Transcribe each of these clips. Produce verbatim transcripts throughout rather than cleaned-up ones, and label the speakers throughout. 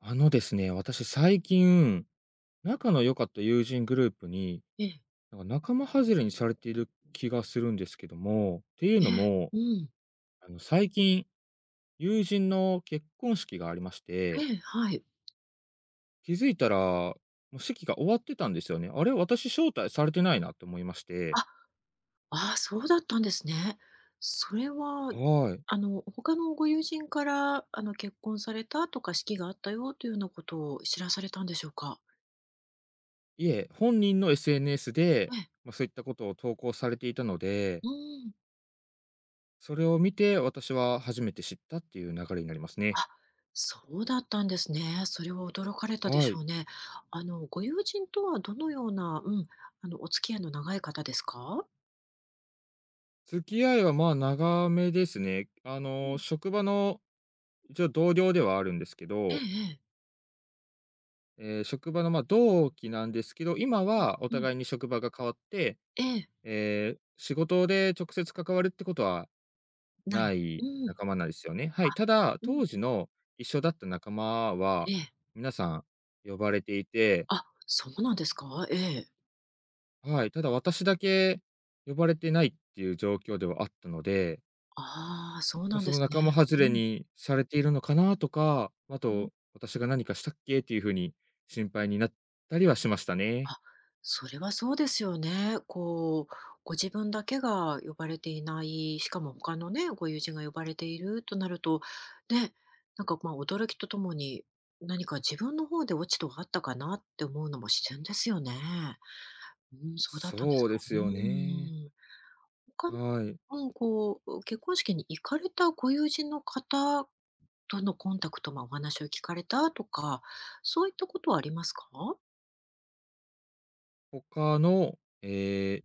Speaker 1: あのですね、私最近、仲の良かった友人グループに、
Speaker 2: ええ、
Speaker 1: なんか仲間外れにされている気がするんですけども、っていう
Speaker 2: ええ、
Speaker 1: のも、
Speaker 2: うん。
Speaker 1: あの最近、友人の結婚式がありまして、
Speaker 2: ええ、はい。
Speaker 1: 気づいたら、もう式が終わってたんですよね。あれ、私招待されてないなって思いまして。
Speaker 2: あ、ああ、そうだったんですね。それは、
Speaker 1: はい。
Speaker 2: あの、他のご友人から、あの、結婚されたとか、式があったよというようなことを知らされたんでしょうか？
Speaker 1: いえ、本人の エスエヌエス で、
Speaker 2: ええ、
Speaker 1: まあ、そういったことを投稿されていたので、
Speaker 2: うん。
Speaker 1: それを見て私は初めて知ったっていう流れになりますね。
Speaker 2: あ、そうだったんですね。それは驚かれたで
Speaker 1: は
Speaker 2: し
Speaker 1: い。
Speaker 2: ょうね。あの、ご友人とはどのような、うん、あの、お付き合いの長い方ですか？
Speaker 1: 付き合いは、まあ、長めですね。あ
Speaker 2: う
Speaker 1: の、
Speaker 2: ん。
Speaker 1: 職場の一応同僚ではあるんですけ
Speaker 2: ええ
Speaker 1: ど、
Speaker 2: ええ。
Speaker 1: ええ、職場の、ま、あ同期なんですけど、今はお
Speaker 2: うん、うん。
Speaker 1: 互いに職場が変わって、
Speaker 2: ええ、
Speaker 1: ええ、仕事で直接関わるってことは
Speaker 2: な
Speaker 1: な
Speaker 2: い。
Speaker 1: い
Speaker 2: うん。
Speaker 1: 仲間なんですよね。はい。
Speaker 2: あ、
Speaker 1: ただ、
Speaker 2: うん、
Speaker 1: 当時の一緒だった仲間
Speaker 2: え
Speaker 1: は、
Speaker 2: え。
Speaker 1: 皆さん呼ばれていて、
Speaker 2: あ、そうなんですか？ええ。
Speaker 1: はい、ただ私だけ呼ばれてないっていう状況ではあったので、
Speaker 2: ああ、そう
Speaker 1: ま、
Speaker 2: なん
Speaker 1: そ
Speaker 2: で
Speaker 1: の
Speaker 2: すね。
Speaker 1: 仲間外
Speaker 2: う
Speaker 1: れ
Speaker 2: ん、
Speaker 1: にされているのかなとか、あ
Speaker 2: うん。
Speaker 1: と、私が何かしたっけっていう風に心配になったりはしましたね。
Speaker 2: あ、それはそうですよね。こう、ご自分だけが呼ばれていない、しかも他のね、ご友人が呼ばれているとなると、ね、なんか、ま、驚きとともに、何か自分の方で落ち度があったかなって思うのも自然ですよね。うん、そうだったんで
Speaker 1: そ
Speaker 2: す
Speaker 1: うで
Speaker 2: か。
Speaker 1: す
Speaker 2: う
Speaker 1: よね。
Speaker 2: ん。他の
Speaker 1: はい。
Speaker 2: うん、こう、結婚式に行かれたご友人の方とのコンタクト、まあ、お話を聞かれたとか、そういったことはありますか？
Speaker 1: 他の、ええ、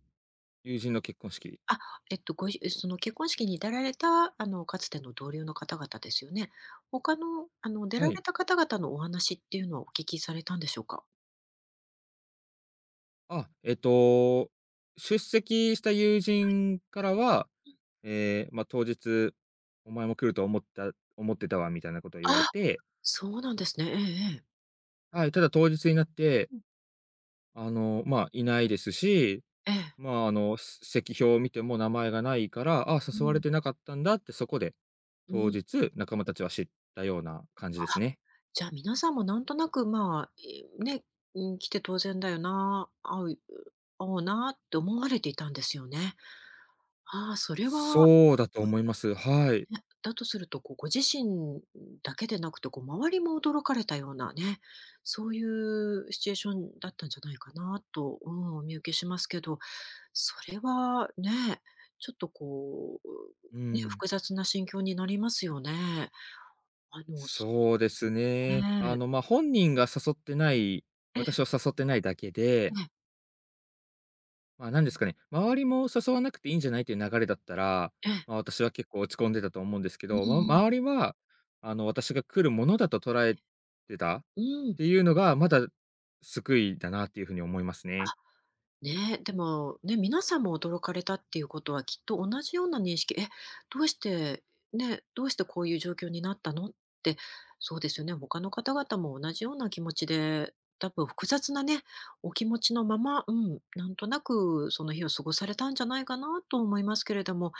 Speaker 1: 友人の結婚式
Speaker 2: あ、えっと、ごじその結婚式に出られた、あの、かつての同僚の方々ですよね。他の、あの、出
Speaker 1: は
Speaker 2: ら
Speaker 1: い。
Speaker 2: れた方々のお話っていうのはお聞きされたんでしょうか？
Speaker 1: あ、えっと、出席した友人からは、ええ、ま、当日「お前も来ると思った思ってたわ」みたいなことを言われ
Speaker 2: あ、
Speaker 1: て、
Speaker 2: そうなんですね。ええええ。
Speaker 1: はい、ただ当日になって、
Speaker 2: うん。
Speaker 1: あの、ま、いないですし、
Speaker 2: ええ。
Speaker 1: まあ、あの、せ席表を見ても名前がないから、ああ、
Speaker 2: う
Speaker 1: 誘われ
Speaker 2: ん。
Speaker 1: てなかったんだって、そこで
Speaker 2: う
Speaker 1: 当
Speaker 2: ん。
Speaker 1: 日、仲間たちは知ったような感じですね。
Speaker 2: じゃあ皆さんもなんとなく、まあ、え、ね、うん、来て当然だよな、会う会おうなって思われていたんですよね。ああ、それは、
Speaker 1: そうだと
Speaker 2: ま、
Speaker 1: 思います。はい。
Speaker 2: ね、だとすると、こう、ご自身だけでなくて、こう、周りも驚かれたようなね、そういうシチュエーションだったんじゃないかなと、うん、お見受けしますけど、それはね、ちょっとこう、
Speaker 1: う
Speaker 2: ね、
Speaker 1: ん。
Speaker 2: 複雑な心境になりますよね。あの、
Speaker 1: そうですね。
Speaker 2: ね
Speaker 1: あ
Speaker 2: え。
Speaker 1: の、まあ、本人が誘ってない
Speaker 2: え
Speaker 1: 私を
Speaker 2: え
Speaker 1: 誘ってないだけ
Speaker 2: え
Speaker 1: で、
Speaker 2: え、
Speaker 1: まあ、なんですかね、周りも誘わなくていいんじゃないという流れだったら、
Speaker 2: ええ。
Speaker 1: まあ、私は結構落ち込んでたと思うんですけ
Speaker 2: うん
Speaker 1: ど、ま
Speaker 2: う
Speaker 1: 周
Speaker 2: ん
Speaker 1: りは、あの、私が来るものだと捉えてた
Speaker 2: うん。
Speaker 1: ていうのが、まだ救いだなっていうふうに思います
Speaker 2: あ、
Speaker 1: ね。
Speaker 2: ね、でも、ね、皆さんも驚かれたっていうことはきっと同じような認識、え、どうして、ね、どうしてこういう状況になったのって、そうですよね、他の方々も同じような気持ちで、多分複雑なね、お気持ちのまま、うん、なんとなくその日を過ごされたんじゃないかなと思いますけれども、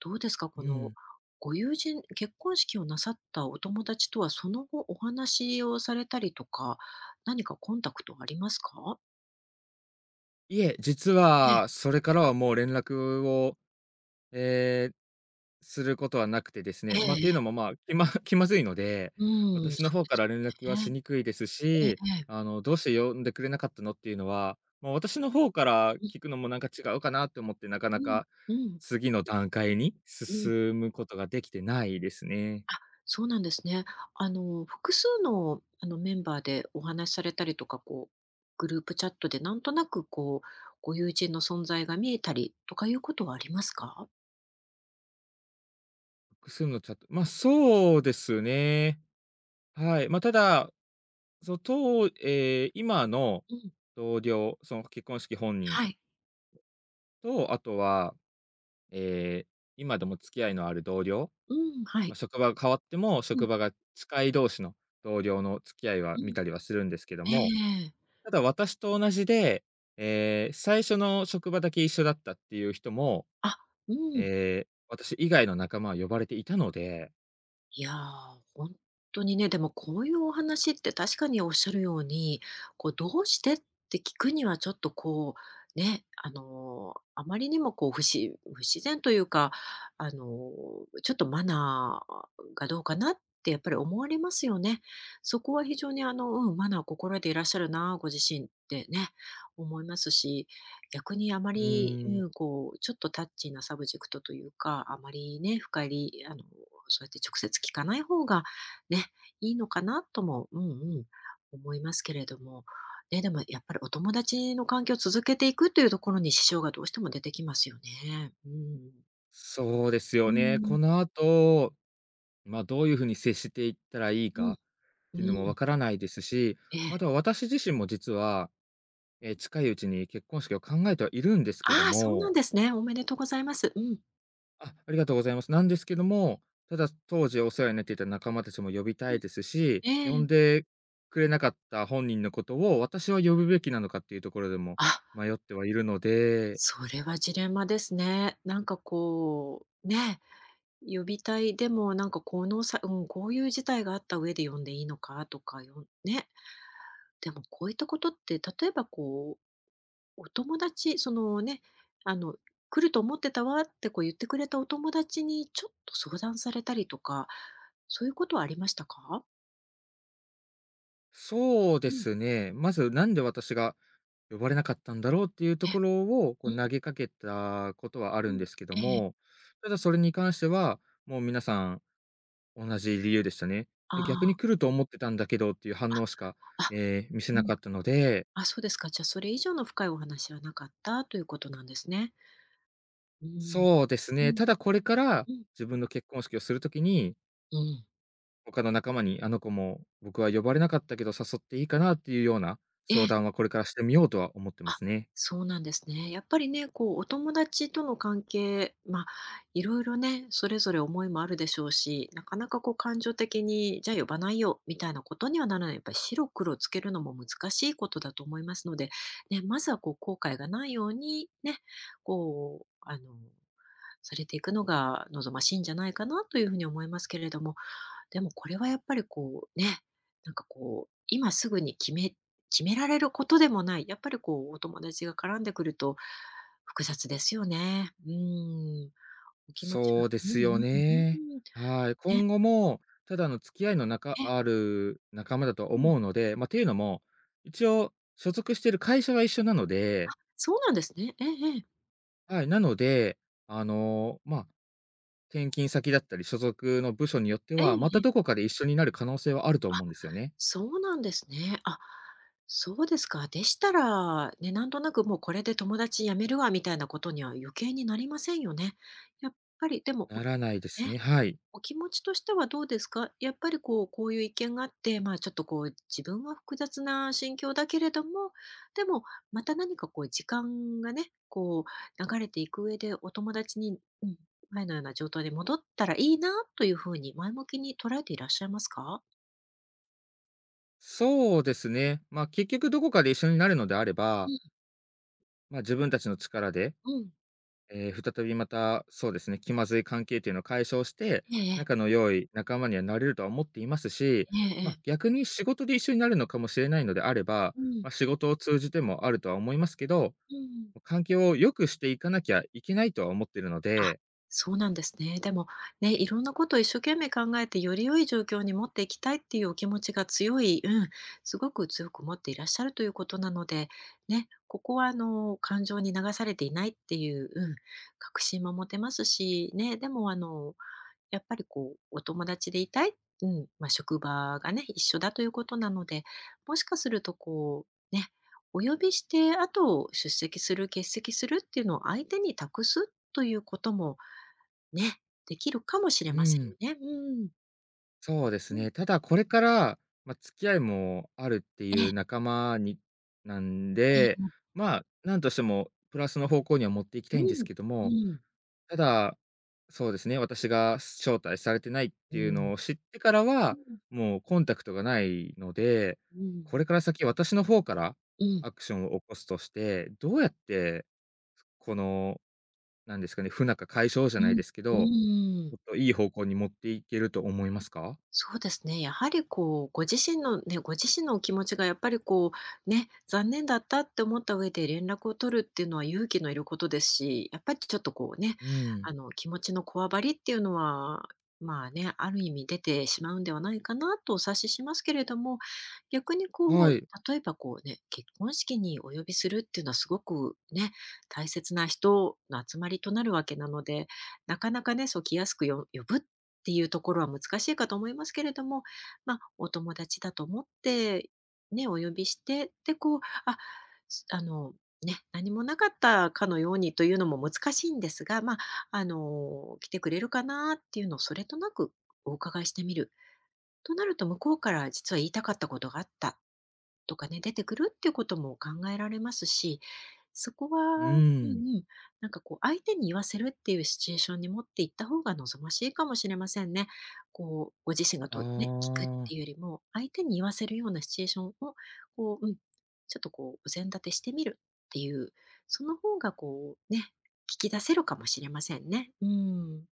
Speaker 2: どうですか、
Speaker 1: う
Speaker 2: この
Speaker 1: ん。
Speaker 2: ご友人、結婚式をなさったお友達とはその後お話をされたりとか、何かコンタクトありますか？
Speaker 1: いえ、実はそれからはもう連絡を、えーすることはなくてです
Speaker 2: え
Speaker 1: ね、ま、あっ
Speaker 2: え
Speaker 1: てい
Speaker 2: え
Speaker 1: うの
Speaker 2: え。
Speaker 1: も、まあ、気ま 気まずいので、
Speaker 2: うーん、
Speaker 1: 私の
Speaker 2: そ
Speaker 1: 方
Speaker 2: うで
Speaker 1: から連絡
Speaker 2: す
Speaker 1: は
Speaker 2: よ
Speaker 1: し
Speaker 2: ね。
Speaker 1: にくいです
Speaker 2: ええ
Speaker 1: し、
Speaker 2: ええ。
Speaker 1: あの、どうして呼んでくれなかったのっていうのは、もう私の方から
Speaker 2: うん
Speaker 1: 聞くのもなんか違うかなと思って、なか
Speaker 2: う
Speaker 1: な
Speaker 2: ん
Speaker 1: か
Speaker 2: うん
Speaker 1: 次の段階に
Speaker 2: うん。
Speaker 1: 進むことができてないですね。
Speaker 2: あ、そうなんですね。あの、複数のあの、メンバーでお話しされたりとか、こう、グループチャットでなんとなくこう、ご友人の存在が見えたりとかいうことはありますか？
Speaker 1: 複数のチャットまあ、そうですね。はい。まあ、ただその、うええ、今の
Speaker 2: うん、
Speaker 1: 同僚、その結婚式本人
Speaker 2: はい。
Speaker 1: と、あとは、えー今でも付き合いのある同僚、
Speaker 2: うん、は
Speaker 1: まあ、
Speaker 2: い。
Speaker 1: 職場が変わっても、
Speaker 2: う
Speaker 1: 職
Speaker 2: ん
Speaker 1: 場が近い同士の同僚の付き合いは
Speaker 2: う
Speaker 1: 見
Speaker 2: ん。
Speaker 1: たりはするんですけど
Speaker 2: ええ
Speaker 1: も、
Speaker 2: ええ。
Speaker 1: ただ私と同じで、えー最初の職場だけ一緒だったっていう人も、
Speaker 2: あ、うん。
Speaker 1: えー私以外の仲間は呼ばれていたので、
Speaker 2: いや、ー本当にね、でもこういうお話って確かにおっしゃるように、こう「どうして？」って聞くにはちょっとこう、ね、あの、あまりにもこう不自不自然というか、あの、ちょっとマナーがどうかなってやっぱり思われますよね。そこは非常にあの、うん、マナーを心得ていらっしゃるな、ご自身ってね、思いますし、逆にあま
Speaker 1: うー
Speaker 2: り、
Speaker 1: ん、
Speaker 2: うん、こうちょっとタッチーなサブジェクトというか、あまりね、深入りあのそうやって直接聞かない方がね、いいのかなとも、うんうん、思いますけれども。ね、でもやっぱりお友達の関係を続けていくというところに支障がどうしても出てきますよね。うん。
Speaker 1: そうですよ
Speaker 2: うん、
Speaker 1: ね。
Speaker 2: う
Speaker 1: こ
Speaker 2: ん、
Speaker 1: の後、まあ、どういう風に接していったらいいかっ
Speaker 2: う
Speaker 1: ていうのも
Speaker 2: ん。
Speaker 1: わからないですし、
Speaker 2: ええ。
Speaker 1: あとは私自身も実は、え、近いうちに結婚式を考えてはいるんですけど
Speaker 2: ああ、そうなん
Speaker 1: も、
Speaker 2: ですね。おめでとうございます。うん。
Speaker 1: あ、ありがとうございます。なんですけども、ただ当時お世話になっていた仲間たちも呼びた
Speaker 2: う
Speaker 1: い
Speaker 2: ん。
Speaker 1: ですし、
Speaker 2: え
Speaker 1: 呼ん
Speaker 2: え。
Speaker 1: でくれなかった本人のことを私は呼ぶべきなのかっていうところでも
Speaker 2: あ、
Speaker 1: 迷ってはいるので、
Speaker 2: それはジレンマですね。なんかこう、ね、呼びたい、でもなんかこのさうん、こういう事態があった上で呼んでいいのかとか、よね、でもこういったことって、例えばこう、お友達、そのね、あの、来ると思ってたわってこう言ってくれたお友達にちょっと相談されたりとか、そういうことはありましたか？
Speaker 1: そうで
Speaker 2: うん。
Speaker 1: すね、まずなんで私が呼ばれなかったんだろうっていうと
Speaker 2: え、
Speaker 1: ころを、こう投
Speaker 2: う
Speaker 1: げかけたことはあ
Speaker 2: ん
Speaker 1: るん
Speaker 2: うん。
Speaker 1: ですけど
Speaker 2: ええ。
Speaker 1: も、ただそれに関しては、もう皆さん同じ理由でしたね。
Speaker 2: あ
Speaker 1: で、逆に
Speaker 2: あ、
Speaker 1: 来ると思ってたんだけどっていう反応し
Speaker 2: あ、
Speaker 1: か、
Speaker 2: あ、
Speaker 1: えー見せ
Speaker 2: う
Speaker 1: な
Speaker 2: ん。
Speaker 1: かったので、
Speaker 2: あ、そうですか。じゃあ、それ以上の深いお話はなかったということなんですね。うん。
Speaker 1: そうです
Speaker 2: う
Speaker 1: ね、
Speaker 2: ん
Speaker 1: た
Speaker 2: うん
Speaker 1: だこれから
Speaker 2: うん。
Speaker 1: 自分の結婚式をするときに、
Speaker 2: うん。
Speaker 1: 他の仲間に、あの子も僕は呼ばれなかったけど誘っていいかなっていうような
Speaker 2: え
Speaker 1: 相
Speaker 2: え。
Speaker 1: 談はこれからしてみようとは思ってま
Speaker 2: あ、
Speaker 1: すね。
Speaker 2: そうなんですね。やっぱりね、こうお友達との関係、ま、あいろいろね、それぞれ思いもあるでしょうし、なかなかこう感情的に、じゃあ呼ばないよみたいなことにはならない。やっぱり白黒つけるのも難しいことだと思いますので、ね、まずはこう後悔がないようにね、こうあの、されていくのが望ましいんじゃないかなというふうに思いますけれども、でもこれはやっぱりこうね、なんかこう、今すぐに決め決められることでもない、やっぱりこうお友達が絡んでくると複雑ですよね。うん、お気持ち
Speaker 1: そ
Speaker 2: は
Speaker 1: うで
Speaker 2: うんう
Speaker 1: すよ
Speaker 2: んうん。
Speaker 1: ね。はい。
Speaker 2: ね、
Speaker 1: 今後も、ただの付き合いの中
Speaker 2: え、
Speaker 1: ある仲間だと
Speaker 2: うん。
Speaker 1: 思うので、まあ、っていうのも、一応所属している会社は一緒なので、
Speaker 2: そうなんですね。ええええ。
Speaker 1: はい、なので、あの、まあ、転勤先だったり、所属の部署によっては、また
Speaker 2: ええ
Speaker 1: どこかで一緒になる可能性はあると思うんですよね。
Speaker 2: そうなんですね。あ、そうですか。でしたら、ね、なんとなくもうこれで友達辞めるわみたいなことには余計になりませんよね。やっぱりでも、
Speaker 1: ならないです
Speaker 2: ね。
Speaker 1: ね、はい。
Speaker 2: お気持ちとしてはどうですか？やっぱりこう、こういう意見があって、まあ、ちょっとこう、自分は複雑な心境だけれども、でも、また何かこう時間がね、こう流れていく上で、お友達に、うん、前のような状態に戻ったらいいなというふうに前向きに捉えていらっしゃいますか？
Speaker 1: そうですね、まあ、結局どこかで一緒になるのであれば、
Speaker 2: う
Speaker 1: まあ、自分たちの力で、
Speaker 2: ん、うん。
Speaker 1: えー再びまた、そうですね、気まずい関係っていうのを解消して、
Speaker 2: ええ。
Speaker 1: 仲の良い仲間にはなれるとは思っていますし、
Speaker 2: えええ
Speaker 1: まあ、
Speaker 2: え。
Speaker 1: 逆に仕事で一緒になるのかもしれないのであれば、
Speaker 2: うん、
Speaker 1: まあ、仕事を通じてもあるとは思いますけど
Speaker 2: うん。
Speaker 1: 環境を良くしていかなきゃいけないとは思ってるの
Speaker 2: あ、
Speaker 1: で。
Speaker 2: そうなんですね。でも、ね、いろんなことを一生懸命考えて、より良い状況に持っていきたいっていうお気持ちが強い、うん、すごく強く持っていらっしゃるということなので、ね、ここはあの、感情に流されていないっていう、うん、確信も持てますし、ね、でもあの、やっぱりこう、お友達でいたい、うん、まあ、職場がね、一緒だということなので、もしかするとこう、ね、お呼びして、あと出席する、欠席するっていうのを相手に託すということもね、できるかもしれ
Speaker 1: う
Speaker 2: ませんよ
Speaker 1: ん。
Speaker 2: ね。うん。
Speaker 1: そうです
Speaker 2: うん。
Speaker 1: ね。ただこれから、まあ、付き合いもあるってい
Speaker 2: ええ、
Speaker 1: う仲間になん
Speaker 2: え
Speaker 1: で、
Speaker 2: え。
Speaker 1: まあ、なんとしてもプラスの方向には持っていき
Speaker 2: う
Speaker 1: たいんです
Speaker 2: ん。
Speaker 1: けど
Speaker 2: う
Speaker 1: も、
Speaker 2: ん。
Speaker 1: ただ、そうですね、私が招待されてないっ
Speaker 2: う
Speaker 1: ていう
Speaker 2: ん。
Speaker 1: のを知ってから
Speaker 2: う
Speaker 1: は、
Speaker 2: ん。
Speaker 1: もうコンタクトがないので、
Speaker 2: う
Speaker 1: こ
Speaker 2: ん。
Speaker 1: れから先私の方から
Speaker 2: うん。
Speaker 1: アクションを起こすとして、どうやって、このなんですかね、不仲解消じ
Speaker 2: う
Speaker 1: ゃない
Speaker 2: ん。
Speaker 1: ですけ
Speaker 2: う
Speaker 1: ど、
Speaker 2: ーん。
Speaker 1: もっといい方向に持っていけると思いますか？
Speaker 2: そうですね。やはりこう、ご自身のね、ご自身のお気持ちがやっぱりこう、ね、残念だったって思った上で連絡を取るっていうのは勇気のいることですし、やっぱりちょっとこうね、
Speaker 1: うん。
Speaker 2: あの、気持ちのこわばりっていうのは、まあね、ある意味出てしまうんではないかなとお察ししますけれども、逆にこ
Speaker 1: は
Speaker 2: う、
Speaker 1: い。
Speaker 2: 例えばこうね、結婚式にお呼びするっていうのはすごくね、大切な人の集まりとなるわけなので、なかなかね、そう来やすくよ呼ぶっっていうところは難しいかと思いますけれども、まあ、お友達だと思って、ね、お呼びして、で、こう、あ、すあの、ね、何もなかったかのようにというのも難しいんですが、まあ、あの、来てくれるかなっていうのをそれとなくお伺いしてみる。となると、向こうから実は言いたかったことがあったっとかね、出てくるっていうことも考えられますし、そこ
Speaker 1: う
Speaker 2: はうん
Speaker 1: ーん。
Speaker 2: うん、なんかこう相手に言わせるっていうシチュエーションに持っていった方が望ましいかもしれませんね。こう、ご自身が
Speaker 1: あ
Speaker 2: とね、聞くっ
Speaker 1: あ、
Speaker 2: ていうよりも、相手に言わせるようなシチュエーションを、こう、うん、ちょっとこうお膳立てしてみるっていう、その方がこうね、聞き出せるかもしれませんね。うん。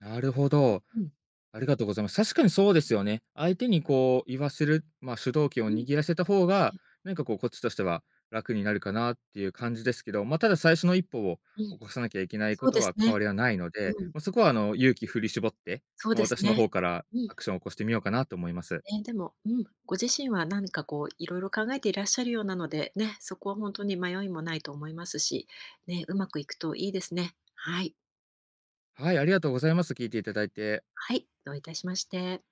Speaker 1: なるほど。
Speaker 2: うん。
Speaker 1: ありがとうございます。確かにそうですよね。相手にこう言わせる、まあ、主導権を
Speaker 2: うん。
Speaker 1: 握らせた方が、
Speaker 2: え、
Speaker 1: なんかこうこっちとしては楽になるかなっていう感じですけど、まあ、ただ最初の一歩を
Speaker 2: うん。
Speaker 1: 起こさなきゃいけない
Speaker 2: そ
Speaker 1: こ
Speaker 2: う
Speaker 1: と
Speaker 2: です
Speaker 1: は変
Speaker 2: ね。
Speaker 1: わりはないので、
Speaker 2: うん、
Speaker 1: まあ、そこはあの勇気振り絞って、
Speaker 2: そう
Speaker 1: まあ、
Speaker 2: です
Speaker 1: 私の
Speaker 2: ね。
Speaker 1: 方から
Speaker 2: うん。
Speaker 1: アクションを起こしてみようかなと思います。
Speaker 2: ね、でも、うん、ご自身は何かこういろいろ考えていらっしゃるようなので、ね、そこは本当に迷いもないと思いますし、ね、うまくいくといいですね。はい。
Speaker 1: はい、ありがとうございます。聞いていただいて。
Speaker 2: はい、どういたしまして。